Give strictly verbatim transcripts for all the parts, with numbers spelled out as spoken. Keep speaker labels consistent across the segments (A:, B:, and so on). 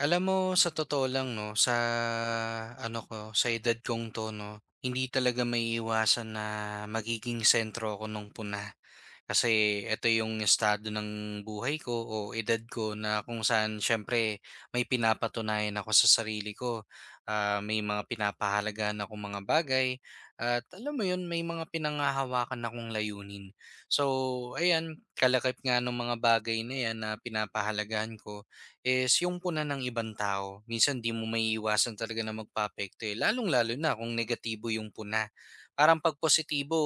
A: Alam mo, sa totoo lang 'no, sa ano ko, sa edad kong 'to 'no, hindi talaga maiiwasan na magiging sentro ako nung puna. Kasi eto yung estado ng buhay ko o edad ko na kung saan siyempre may pinapatunayan ako sa sarili ko. Ah, may mga pinapahalagahan akong mga bagay at alam mo yun, may mga pinanghahawakan akong layunin. So ayan, kalakip nga nung mga bagay na yan na pinapahalagahan ko is yung puna ng ibang tao. Minsan 'di mo maiiwasan talaga na magpaapekto, eh, lalong-lalo na kung negatibo yung puna. Parang 'pag positibo,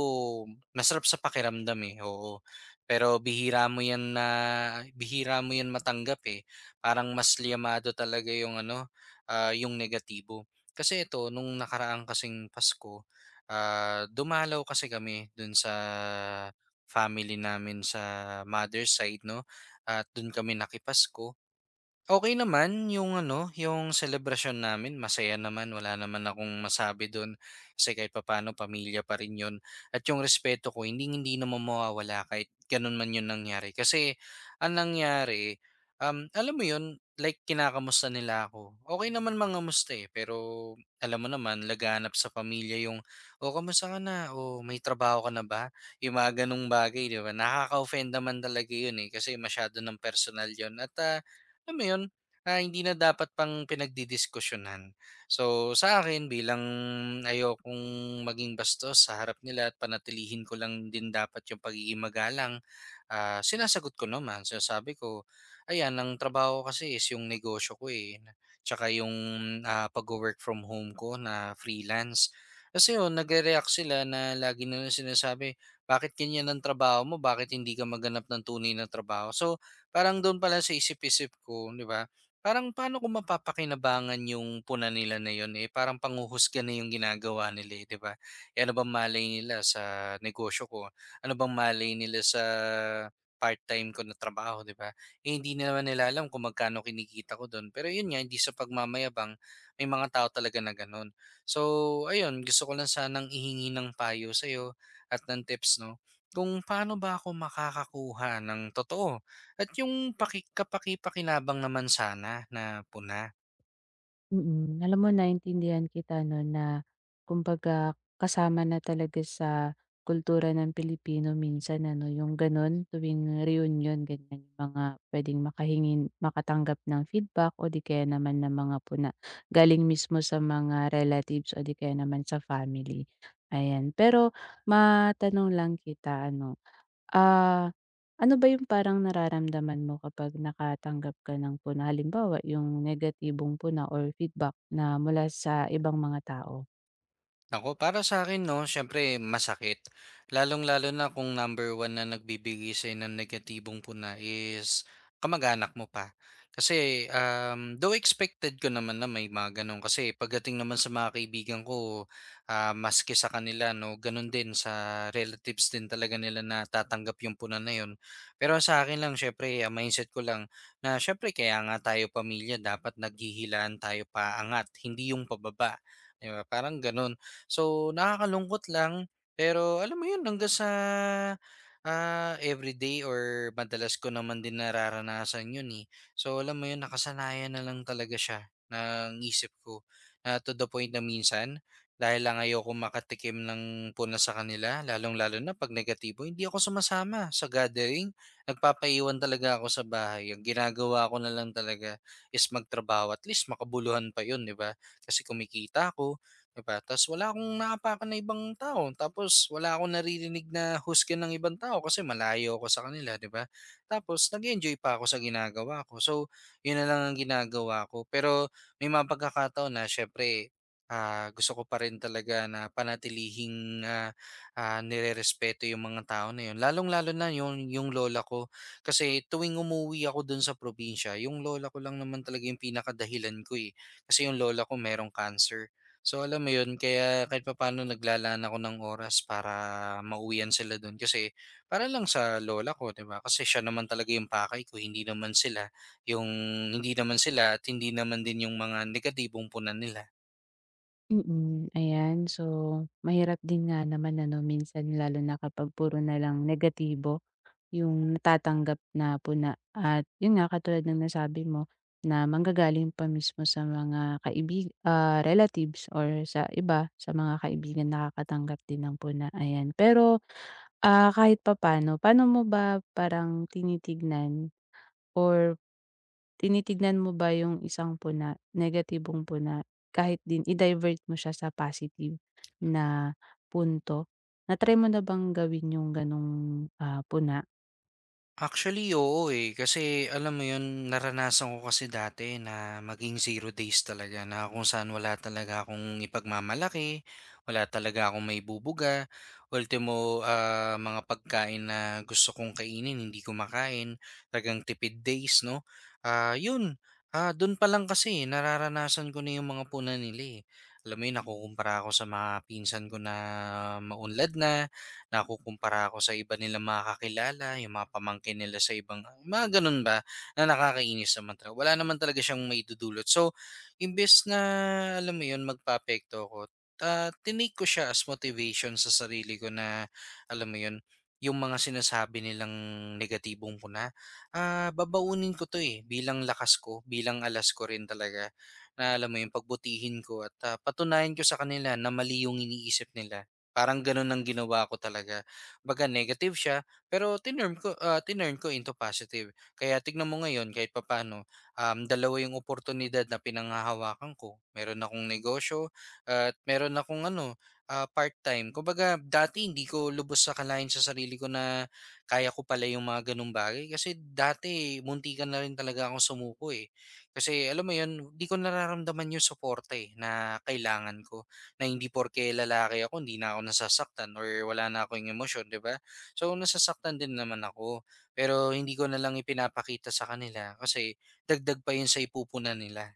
A: masarap sa pakiramdam, eh, oo. Pero bihira mo 'yan na bihira mo 'yan matanggap, eh. Parang mas liamado talaga yung ano, ah, yung negatibo. Kasi ito, nung nakaraang kasing Pasko, ah, dumalaw kasi kami do'n sa family namin sa mother's side 'no, at dun kami nakipasko. Okay naman yung ano, yung celebration namin, masaya naman, wala naman akong masabi dun kasi kahit papaano pamilya pa rin yun, at yung respeto ko hindi hindi naman mawawala kahit ganun man yun nangyari. Kasi ang nangyari, um, alam mo yun, like kinakamusta nila ako. Okay naman mangamusta, eh, pero alam mo naman laganap sa pamilya yung, "O kamusta ka na? O may trabaho ka na ba?" Yung mga ganong bagay, 'di ba? Nakaka-offend naman talaga yun, eh, kasi masyado ng personal yun at, ah alam mo 'yun, ah, hindi na dapat pang pinagdidiskusyonan. So, sa akin bilang ayokong maging bastos sa harap nila at panatilihin ko lang din dapat 'yung pagiging magalang, ah, sinasagot ko naman. So sabi ko, "Ayan, ang trabaho ko kasi is 'yung negosyo ko, eh, tsaka 'yung, ah, pagwo-work from home ko na freelance." Kasi 'yun, nagre-react sila na lagi nila sinasabi, "Bakit ganiyan ang trabaho mo? Bakit hindi ka maganap ng tunay na trabaho?" So parang do'n pa sa isip-isip ko, 'di ba, parang paano ko mapapakinabangan yung puna nila na yun, eh, parang panghuhusga na yung ginagawa nila, eh, 'di ba? Eh, ano bang malay nila sa negosyo ko? Ano bang malay nila sa part-time ko na trabaho, 'di ba? Eh, hindi naman nila alam kung magkano kinikita ko do'n. Pero yun nga, hindi sa pagmamayabang, may mga tao talaga na gano'n. So, ayun, gusto ko lang sanang ihingi ng payo sa'yo at ng tips, 'no, kung paano ba ako makakakuha ng totoo at yung paki kapakipakinabang naman sana na puna.
B: Mm, alam mo naintindihan kita 'no, na kumbaga kasama na talaga sa kultura ng Pilipino minsan ano, yung gano'n tuwing reunion ganyan, yung mga puwedeng makahingin makatanggap ng feedback o di kaya naman ng mga puna galing mismo sa mga relatives o di kaya naman sa family, ayan. Pero matanong lang kita ano. Ah, Ano ba yung parang nararamdaman mo kapag nakatanggap ka ng puna? Halimbawa, yung negatibong puna or feedback na mula sa ibang mga tao.
A: Naku, para sa akin 'no, siyempre masakit. Lalong-lalo na kung number one na nagbibigay sa'yo ng negatibong puna is kamag-anak mo pa. Kasi, um, though expected ko naman na may mga gano'n kasi pagdating naman sa mga kaibigan ko, ah, maski sa kanila 'no, gano'n din sa relatives din talaga nila na tatanggap yung puna na yun. Pero sa akin lang siyempre ang mindset ko lang na siyempre kaya nga tayo pamilya dapat naghihilaan tayo paangat, hindi yung pababa, 'di ba? Parang gano'n. So, nakakalungkot lang, pero alam mo 'yun hanggang sa, ah, everyday or madalas ko naman din nararanasan 'yun, eh. So, alam mo 'yun nakasanayan na lang talaga siya ng isip ko na to the point na minsan dahil lang ayokong makatikim ng puna sa kanila lalong-lalo na 'pag negatibo, hindi ako sumasama sa gathering. Nagpapaiwan talaga ako sa bahay. Ang ginagawa ko na lang talaga is magtrabaho at least makabuluhan pa 'yun, 'di ba? Kasi kumikita ako. 'Di tapos tas wala akong naapakan na ibang tao, tapos wala akong naririnig na husga ng ibang tao kasi malayo ako sa kanila, 'di ba? Tapos nag enjoy pa ako sa ginagawa ko. So, 'yun na lang ang ginagawa ko. Pero may mga pagkakataon na siyempre, ah, gusto ko pa rin talaga na panatilihing, ah, ah, nirerespeto yung mga tao na 'yun, lalong-lalo na yung yung lola ko. Kasi tuwing umuwi ako dun sa probinsya, yung lola ko lang naman talaga yung pinakadahilan ko, eh. Kasi yung lola ko merong cancer. So alam mo 'yun, kaya kahit papaano naglalaan ako ng oras para mauwian sila do'n kasi para lang sa lola ko, 'di ba? Kasi siya naman talaga 'yung pakay ko, hindi naman sila. 'Yung hindi naman sila at hindi naman din 'yung mga negatibong punan nila.
B: Mm, ayan. So, mahirap din nga naman ano, minsan lalo na kapag puro na lang negatibo yung natatanggap na puna. At yun nga, katulad ng nasabi mo, na manggagaling pa mismo sa mga kaibig, ah, relatives or sa iba, sa mga kaibigan nakakatanggap din ng puna. Ayan. Pero Ah, kahit papaano, paano mo ba parang tinitignan or tinitignan mo ba yung isang puna, negatibong puna, kahit din i-divert mo siya sa positive na punto? Na-try mo na bang gawin yung gano'ng, ah, puna?
A: Actually, oo, eh. Kasi alam mo 'yun, naranasan ko kasi dati na maging zero days talaga na kung saan wala talaga akong ipagmamalaki, wala talaga akong may bubuga. Ultimo, ah, mga pagkain na gusto kong kainin hindi ko makain, talagang tipid days 'no. Ah, 'yun, ah, do'n pa lang kasi eh, nararanasan ko na 'yung mga punan nila, eh. Alam mo 'yun, nakukumpara ako sa mga pinsan ko na maunlad na. Nakukumpara ako sa iba nilang mga kakilala, yung mga pamangkin nila sa ibang mga ganun ba, na nakakainis naman talaga. Wala naman talaga siyang maidudulot. So, imbes na alam mo yun, magpaapekto ako, ah, tinake ko siya as motivation sa sarili ko na alam mo yun, yung mga sinasabi nilang negatibong puna, ah, babaunin ko to eh, bilang lakas ko, bilang alas ko rin talaga, na alam mo yun, pagbutihin ko at ah, patunayan ko sa kanila na mali yung iniisip nila. Parang gano'n ang ginawa ko talaga. 'Baga negative siya, pero tinurn ko ah, tinurn ko into positive. Kaya tignan mo ngayon kahit papaano, um, dalawa yung oportunidad na pinanghahawakan ko. Meron akong negosyo at meron akong ano, ah, part-time. Kumbaga dati hindi ko lubos sa kalain sa sarili ko na kaya ko pala yung mga gano'ng bagay kasi dati muntikan na rin talaga akong sumuko, eh. Kasi alam mo 'yun, hindi ko nararamdaman yung suporta, eh, na kailangan ko na hindi porke lalaki ako hindi na ako nasasaktan or wala na akong emosyon, 'di ba? So nasasaktan din naman ako, pero hindi ko na lang ipinapakita sa kanila kasi dagdag pa 'yun sa ipupunan nila.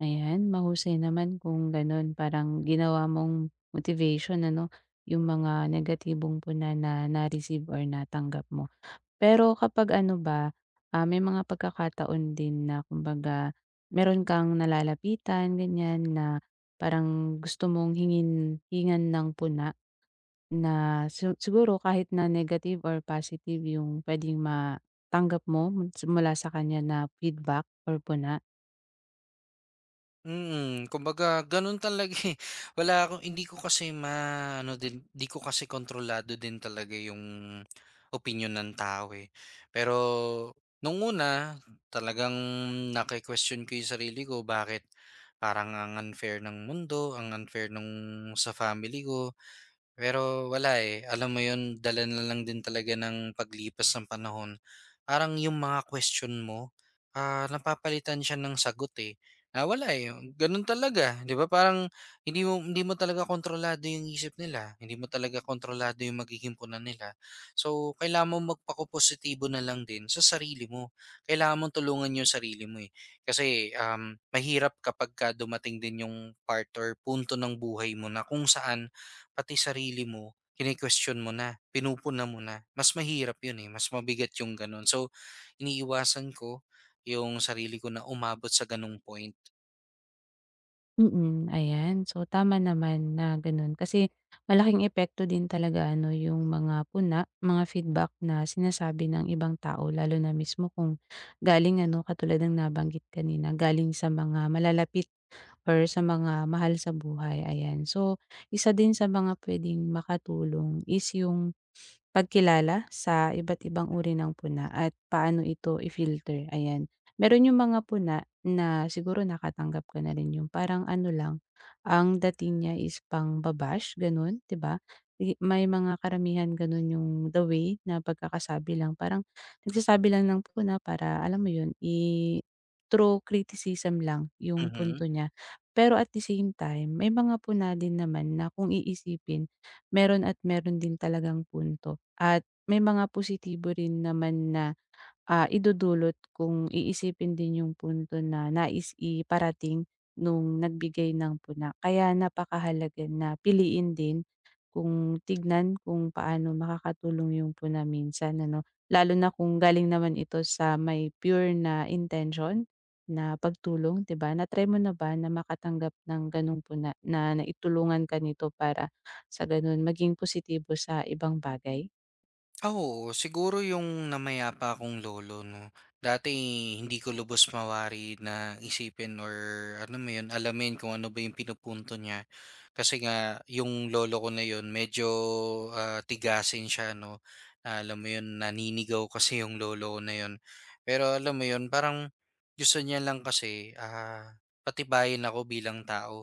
B: Ayan, mahusay naman kung gano'n. Parang ginawa mong motivation ano, yung mga negatibong puna na na-receive or natanggap mo. Pero kapag ano ba, ah, may mga pagkakataon din na kumbaga meron kang nalalapitan ganyan na parang gusto mong hingin hingan ng puna na si siguro kahit na negative or positive yung puwedeng matanggap mo mun- mula sa kanya na feedback or puna?
A: Mm, kumbaga gano'n talaga, eh. Wala akong hindi ko kasi ma ano din, hindi ko kasi kontrolado din talaga yung opinyon ng tao, eh. Pero nung una talagang naki-question ko yung sarili ko, bakit parang ang unfair ng mundo, ang unfair nung sa family ko. Pero wala, eh, alam mo 'yun, dala na lang din talaga ng paglipas ng panahon. Parang yung mga question mo, ah, napapalitan siya ng sagot, eh. Ah, wala, eh, gano'n talaga, 'di ba? Parang hindi mo hindi mo talaga kontrolado yung isip nila, hindi mo talaga kontrolado yung magiging punan nila. So, kailangan mo magpakupositibo na lang din sa sarili mo. Kailangan mo tulungan yung sarili mo, eh. Kasi, um, mahirap kapagka dumating din yung part or punto ng buhay mo na kung saan pati sarili mo kine-question mo na, pinupuna mo na. Mas mahirap 'yun, eh, mas mabigat yung gano'n. So, iniiwasan ko yung sarili ko na umabot sa gano'ng point.
B: Mm, ayan. So, tama naman na gano'n kasi malaking epekto din talaga ano yung mga puna, mga feedback na sinasabi ng ibang tao lalo na mismo kung galing ano, katulad ng nabanggit kanina, galing sa mga malalapit or sa mga mahal sa buhay, ayan. So, isa din sa mga puwedeng makatulong is yung pagkilala sa iba't ibang uri ng puna at paano ito i-filter, ayan. Meron yung mga puna na siguro nakatanggap ka na rin yung parang ano lang, ang dating niya is pang-babash, gano'n, 'di ba? I may mga karamihan gano'n yung the way na pagkakasabi lang, parang nagsasabi lang ng puna para alam mo yun, i through criticism lang yung
A: Mhm.
B: punto niya. Pero at the same time, may mga puna din naman na kung iisipin, meron at meron din talagang punto. At may mga positibo rin naman na, ah, idudulot kung iisipin din yung punto na nais iparating nung nagbigay ng puna. Kaya napakahalaga na piliin din kung tignan kung paano makakatulong yung puna minsan ano, lalo na kung galing naman ito sa may pure na intention na pagtulong, 'di ba? Na-try mo na ba na makatanggap ng gano'ng puna na naitulungan ka nito para sa gano'n maging positibo sa ibang bagay?
A: Ah, oo. Siguro yung namayapa akong lolo 'no. Dati hindi ko lubos mawari na isipin or ano mo yun, alamin kung ano ba yung pinupunto niya. Kasi nga yung lolo ko na yun medyo, ah, tigasin siya 'no. Ah, alam mo yun, naninigaw kasi yung lolo ko na yun. Pero alam mo yun, parang gusto niya lang kasi, ah, patibayin ako bilang tao.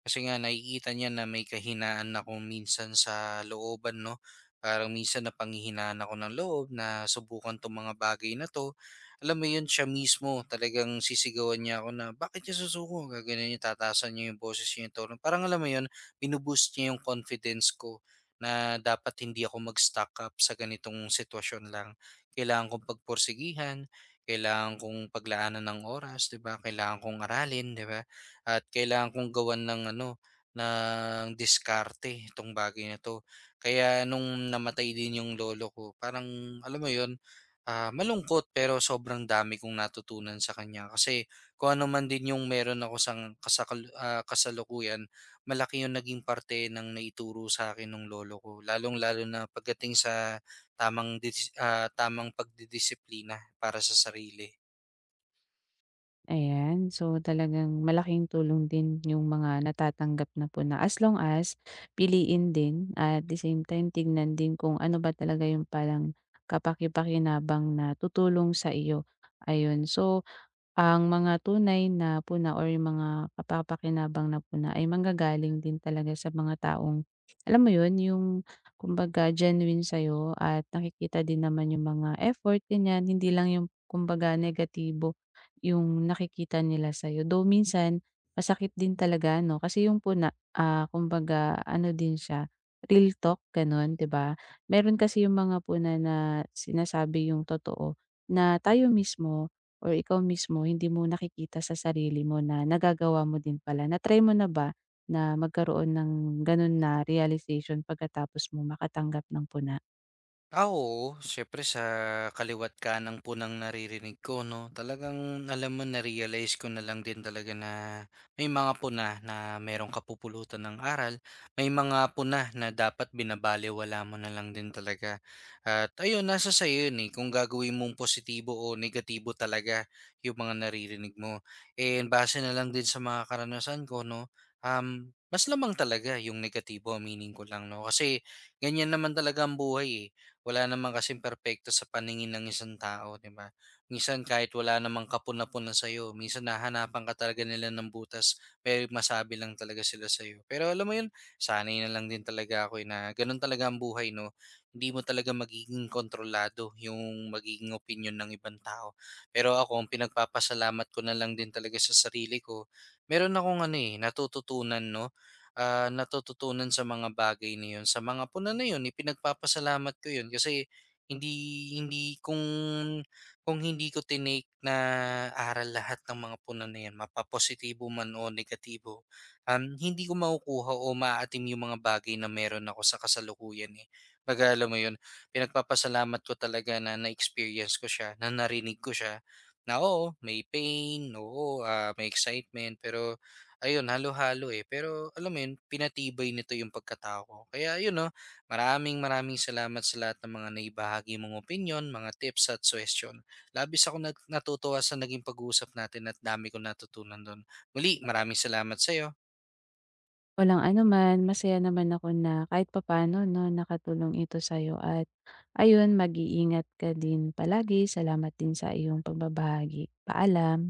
A: Kasi nga nakikita niya na may kahinaan ako minsan sa looban 'no. Parang minsan napanghihinaan ako ng loob na subukan 'tong mga bagay na 'to. Alam mo 'yun, siya mismo talagang sisigawan niya ako na, "Bakit ka susuko?" Gaganunin niya, tataasan niya yung boses niya, yung tono. Parang alam mo 'yun, binu niya yung confidence ko na dapat hindi ako mag-stuck up sa ganitong sitwasyon lang. Kailangan kong pagpursigihan, kailangan kong paglaanan ng oras, 'di ba? Kailangan kong aralin, 'di ba? At kailangan kong gawan ng ano, ng diskarte itong bagay na 'to. Kaya nung namatay din yung lolo ko parang alam mo yon, ah, malungkot pero sobrang dami kong natutunan sa kanya kasi kung ano man din yung meron ako sang kasakal ah, kasalukuyan, malaki yung naging parte ng naituro sa akin ng lolo ko. Lalong-lalo na pagdating sa tamang dis ah, tamang pagdidisiplina para sa sarili.
B: Ayan, so talagang malaking tulong din yung mga natatanggap na po na as long as piliin din at the same time tignan din kung ano ba talaga yung parang kapaki-pakinabang na tutulong sa iyo. Ayun, so ang mga tunay na puna or yung mga kapapakinabang na puna ay manggagaling din talaga sa mga taong, alam mo yun, yung kumbaga genuine sa'yo at nakikita din naman yung mga effort, ganyan. Hindi lang yung kumbaga negatibo yung nakikita nila sa'yo. Though minsan, masakit din talaga, no? Kasi yung puna, ah, kumbaga, ano din siya, real talk, ganun, 'di ba? Meron kasi yung mga puna na sinasabi yung totoo na tayo mismo or ikaw mismo hindi mo nakikita sa sarili mo na nagagawa mo din pala. Na-try mo na ba na magkaroon ng gano'n na realization pagkatapos mo makatanggap ng puna?
A: Ah, oo, siyempre sa kaliwa't kanan po ng naririnig ko 'no, talagang alam mo na-realize ko na lang din talaga na may mga puna na merong kapupulutan ng aral, may mga puna na dapat binabalewala mo na lang din talaga. At ayun, nasa sa'yo 'yun, eh, kung gagawin mong positibo o negatibo talaga yung mga naririnig mo. And base na lang din sa mga karanasan ko 'no, um, mas lamang talaga yung negatibo, aminin ko lang 'no, kasi ganyan naman talaga ang buhay, eh wala naman kasing perpekto sa paningin ng isang tao, 'di ba? Minsan kahit wala namang kapuna-puna sa'yo, minsan hahanapan ka talaga nila ng butas, may masabi lang talaga sila sa'yo. Pero alam mo yun, sanay na lang din talaga ako eh, na ganun talaga ang buhay, no? Hindi mo talaga magiging kontrolado yung magiging opinion ng ibang tao. Pero ako, ang pinagpapasalamat ko na lang din talaga sa sarili ko, meron akong ano eh, natututunan, no? Ah, natututunan sa mga bagay na yun. Sa mga puna na yun, ipinagpapasalamat ko yun kasi hindi hindi kung kung hindi ko tinake na aral lahat ng mga puna na yan, mapapositibo man o negatibo, um, hindi ko makukuha o maaatim yung mga bagay na meron ako sa kasalukuyan eh. Baga alam mo yun, pinagpapasalamat ko talaga na na-experience ko siya, na narinig ko siya, na oo, may pain, oo, ah, may excitement, pero ayun, halo-halo, eh. Pero alam mo yun, pinatibay nito yung pagkatao ko. Kaya yun 'no, maraming maraming salamat sa lahat ng mga naibahagi mong opinyon, mga tips at suggestion. Labis akong nag natutuwa sa naging pag-uusap natin at dami kong natutunan do'n. Muli, maraming salamat sa'yo.
B: Walang ano man masaya naman ako na kahit papaano 'no, nakatulong ito sa'yo at ayun, mag-iingat ka din palagi. Salamat din sa iyong pagbabahagi. Paalam.